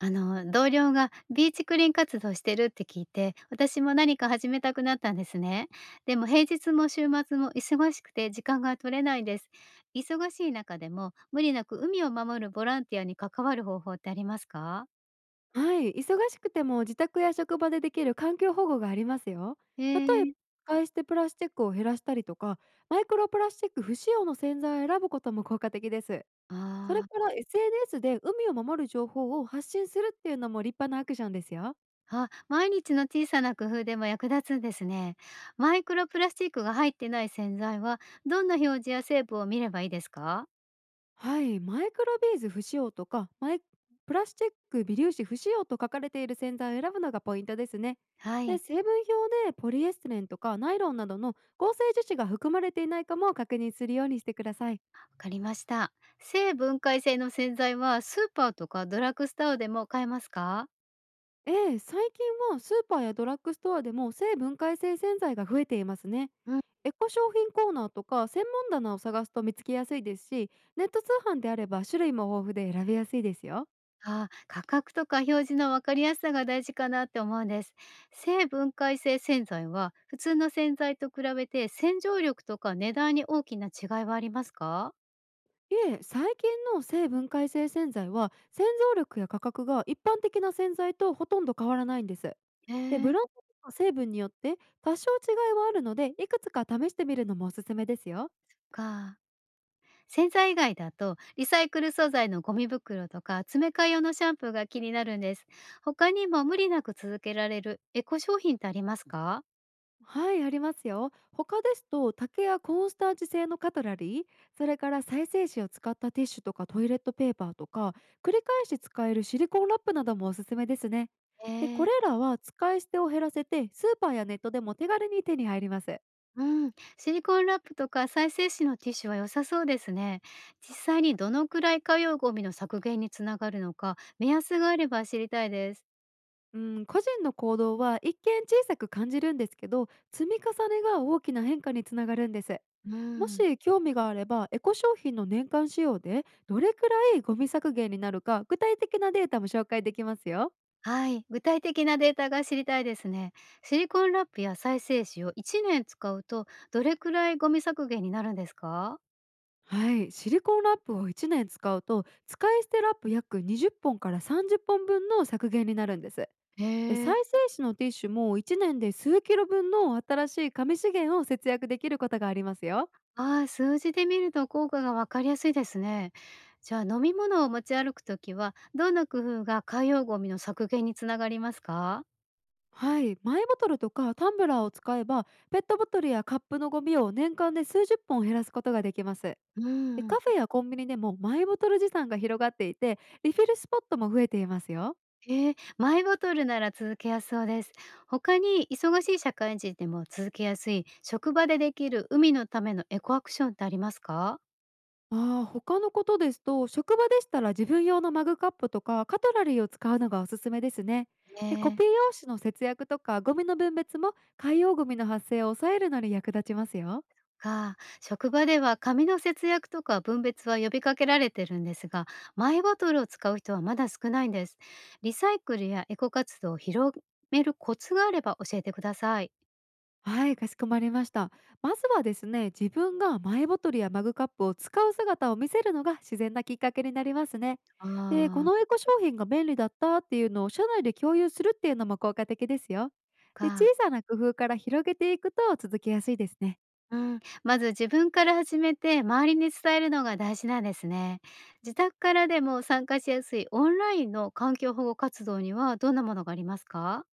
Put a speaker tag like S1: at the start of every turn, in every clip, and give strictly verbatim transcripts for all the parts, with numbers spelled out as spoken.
S1: あの、同僚がビーチクリーン活動してるって聞いて、私も何か始めたくなったんですね。でも平日も週末も忙しくて時間が取れないです。忙しい中でも無理なく海を守るボランティアに関わる方法ってありますか？
S2: はい、忙しくても自宅や職場でできる環境保護がありますよ。
S1: へ
S2: 例えば、
S1: え。
S2: 使い捨てプラスチックを減らしたりとか、マイクロプラスチック不使用の洗剤を選ぶことも効果的です。それ
S1: あ
S2: か
S1: ー、
S2: ら エスエヌエス で海を守る情報を発信するっていうのも立派なアクションですよ。
S1: あ、毎日の小さな工夫でも役立つんですね。マイクロプラスチックが入ってない洗剤はどんな表示や成分を見ればいいですか？
S2: はい、マイクロビーズ不使用とか、マイプラスチック微粒子不使用と書かれている洗剤を選ぶのがポイントですね。
S1: は
S2: で、
S1: い。
S2: 成分表でポリエステレンとかナイロンなどの合成樹脂が含まれていないかも確認するようにしてください。
S1: わかりました。性分解性の洗剤はスーパーとかドラッグストアでも買えますか？
S2: ええ、最近はスーパーやドラッグストアでも性分解性洗剤が増えていますね。
S1: うん。
S2: エコ商品コーナーとか専門棚を探すと見つけやすいですし、ネット通販であれば種類も豊富で選びやすいですよ。
S1: あー、価格とか表示の分かりやすさが大事かなって思うんです。性分解性洗剤は普通の洗剤と比べて洗浄力とか値段に大きな違いはありますか？
S2: いえ、最近の性分解性洗剤は洗浄力や価格が一般的な洗剤とほとんど変わらないんです。
S1: え
S2: で、ブ
S1: ー。
S2: ランドとか成分によって多少違いはあるので、いくつか試してみるのもおすすめですよ。
S1: か洗剤以外だとリサイクル素材のゴミ袋とか詰め替え用のシャンプーが気になるんです。他にも無理なく続けられるエコ商品ってありますか？
S2: はい、ありますよ。他ですと、竹やコーンスタージ製のカトラリー、それから再生紙を使ったティッシュとかトイレットペーパーとか、繰り返し使えるシリコンラップなどもおすすめですね。で、こ
S1: え
S2: れ
S1: ー、
S2: らは使い捨てを減らせて、スーパーやネットでも手軽に手に入ります。
S1: うん、シリコンラップとか再生紙のティッシュは良さそうですね。実際にどのくらい火曜ゴミの削減につながるのか、目安があれば知りたいです。
S2: うん、個人の行動は一見小さく感じるんですけど、積み重ねが大きな変化につながるんです。
S1: う
S2: も
S1: ん。
S2: し興味があれば、エコ商品の年間使用でどれくらいゴミ削減になるか、具体的なデータも紹介できますよ。
S1: はい。具体的なデータが知りたいですね。シリコンラップや再生紙をいちねん使うと、どれくらいゴミ削減になるんですか？
S2: はい、シリコンラップをいちねん使うと、使い捨てラップ約にじゅっぽんからさんじゅっぽんぶんの削減になるんです。で、
S1: へえ。
S2: 再生紙のティッシュもいちねんで数キロ分の新しい紙資源を節約できることがありますよ。
S1: ああ、数字で見ると効果がわかりやすいですね。じゃあ飲み物を持ち歩くときは、どんな工夫が海洋ゴミの削減につながりますか？
S2: はい、マイボトルとかタンブラーを使えば、ペットボトルやカップのゴミを年間で数十本減らすことができます。で、
S1: うん。
S2: カフェやコンビニでもマイボトル持参が広がっていて、リフィルスポットも増えていますよ。
S1: へえ、マイボトルなら続けやすそうです。他に忙しい社会人でも続けやすい職場でできる海のためのエコアクションってありますか？
S2: ああ、他のことですと、職場でしたら自分用のマグカップとかカトラリーを使うのがおすすめですね。
S1: ね
S2: で、コピー
S1: え。
S2: 用紙の節約とかゴミの分別も海洋ゴミの発生を抑えるのに役立ちますよ。
S1: か、職場では紙の節約とか分別は呼びかけられてるんですが、マイボトルを使う人はまだ少ないんです。リサイクルやエコ活動を広めるコツがあれば教えてください。
S2: はい、かしこまりました。まずはですね、自分がマイボトルやマグカップを使う姿を見せるのが自然なきっかけになりますね。
S1: あ
S2: で、こ
S1: あ。
S2: の
S1: ー
S2: エコ商品が便利だったっていうのを社内で共有するっていうのも効果的ですよ。で、小
S1: か
S2: さな工夫から広げていくと続けやすいですね。
S1: うん、まず自分から始めて周りに伝えるのが大事なんですね。自宅からでも参加しやすいオンラインの環境保護活動にはどんなものがありますか？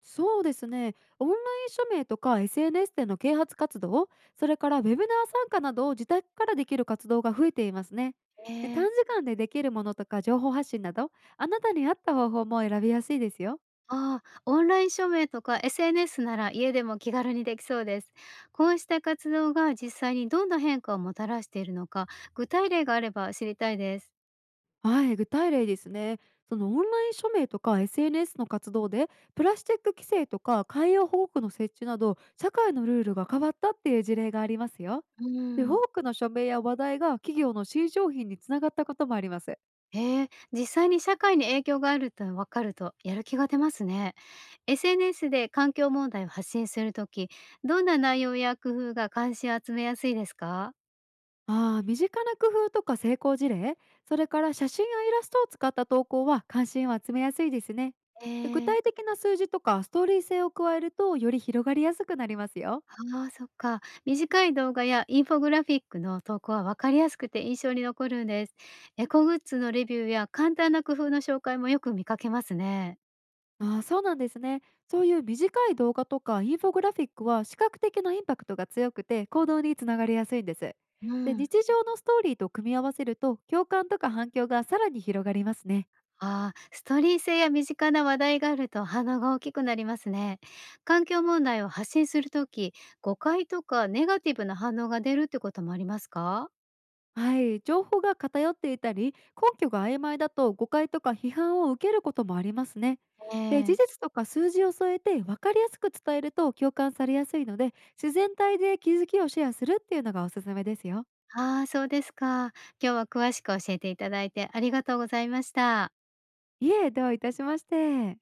S2: そうですね。オンライン署名とか エスエヌエス での啓発活動、それからウェブナー参加などを、自宅からできる活動が増えていますね。
S1: え
S2: で、短
S1: ー。
S2: 時間でできるものとか情報発信など、あなたに合った方法も選びやすいですよ。
S1: ああ、オンライン署名とか エスエヌエス なら家でも気軽にできそうです。こうした活動が実際にどんな変化をもたらしているのか、具体例があれば知りたいです。
S2: はい、具体例ですね。そのオンライン署名とか エスエヌエス の活動で、プラスチック規制とか海洋保護区の設置など、社会のルールが変わったっていう事例がありますよ。
S1: う
S2: で、
S1: ん。
S2: 多くの署名や話題が企業の新商品につながったこともあります。
S1: へ、実際に社会に影響があると分かるとやる気が出ますね。エスエヌエス で環境問題を発信するとき、どんな内容や工夫が関心を集めやすいですか？
S2: ああ、身近な工夫とか成功事例、それから写真やイラストを使った投稿は関心を集めやすいですね。
S1: え
S2: で、具体
S1: ー。
S2: 的な数字とかストーリー性を加えると、より広がりやすくなりますよ。
S1: ああ、そっか。短い動画やインフォグラフィックの投稿は分かりやすくて印象に残るんです。エコグッズのレビューや簡単な工夫の紹介もよく見かけますね。
S2: ああ、そうなんですね。そういう短い動画とかインフォグラフィックは視覚的なインパクトが強くて、行動につながりやすいんです。
S1: う
S2: で、
S1: ん。
S2: 日常のストーリーと組み合わせると、共感とか反響がさらに広がりますね。
S1: ああ、ストーリー性や身近な話題があると反応が大きくなりますね。環境問題を発信するとき、誤解とかネガティブな反応が出るってこともありますか？
S2: はい、情報が偏っていたり根拠が曖昧だと、誤解とか批判を受けることもありますね。で、事
S1: ええ。
S2: 実とか数字を添えて分かりやすく伝えると共感されやすいので、自然体で気づきをシェアするっていうのがおすすめですよ。
S1: ああ、そうですか。今日は詳しく教えていただいてありがとうございました。
S2: いえ、どういたしまして。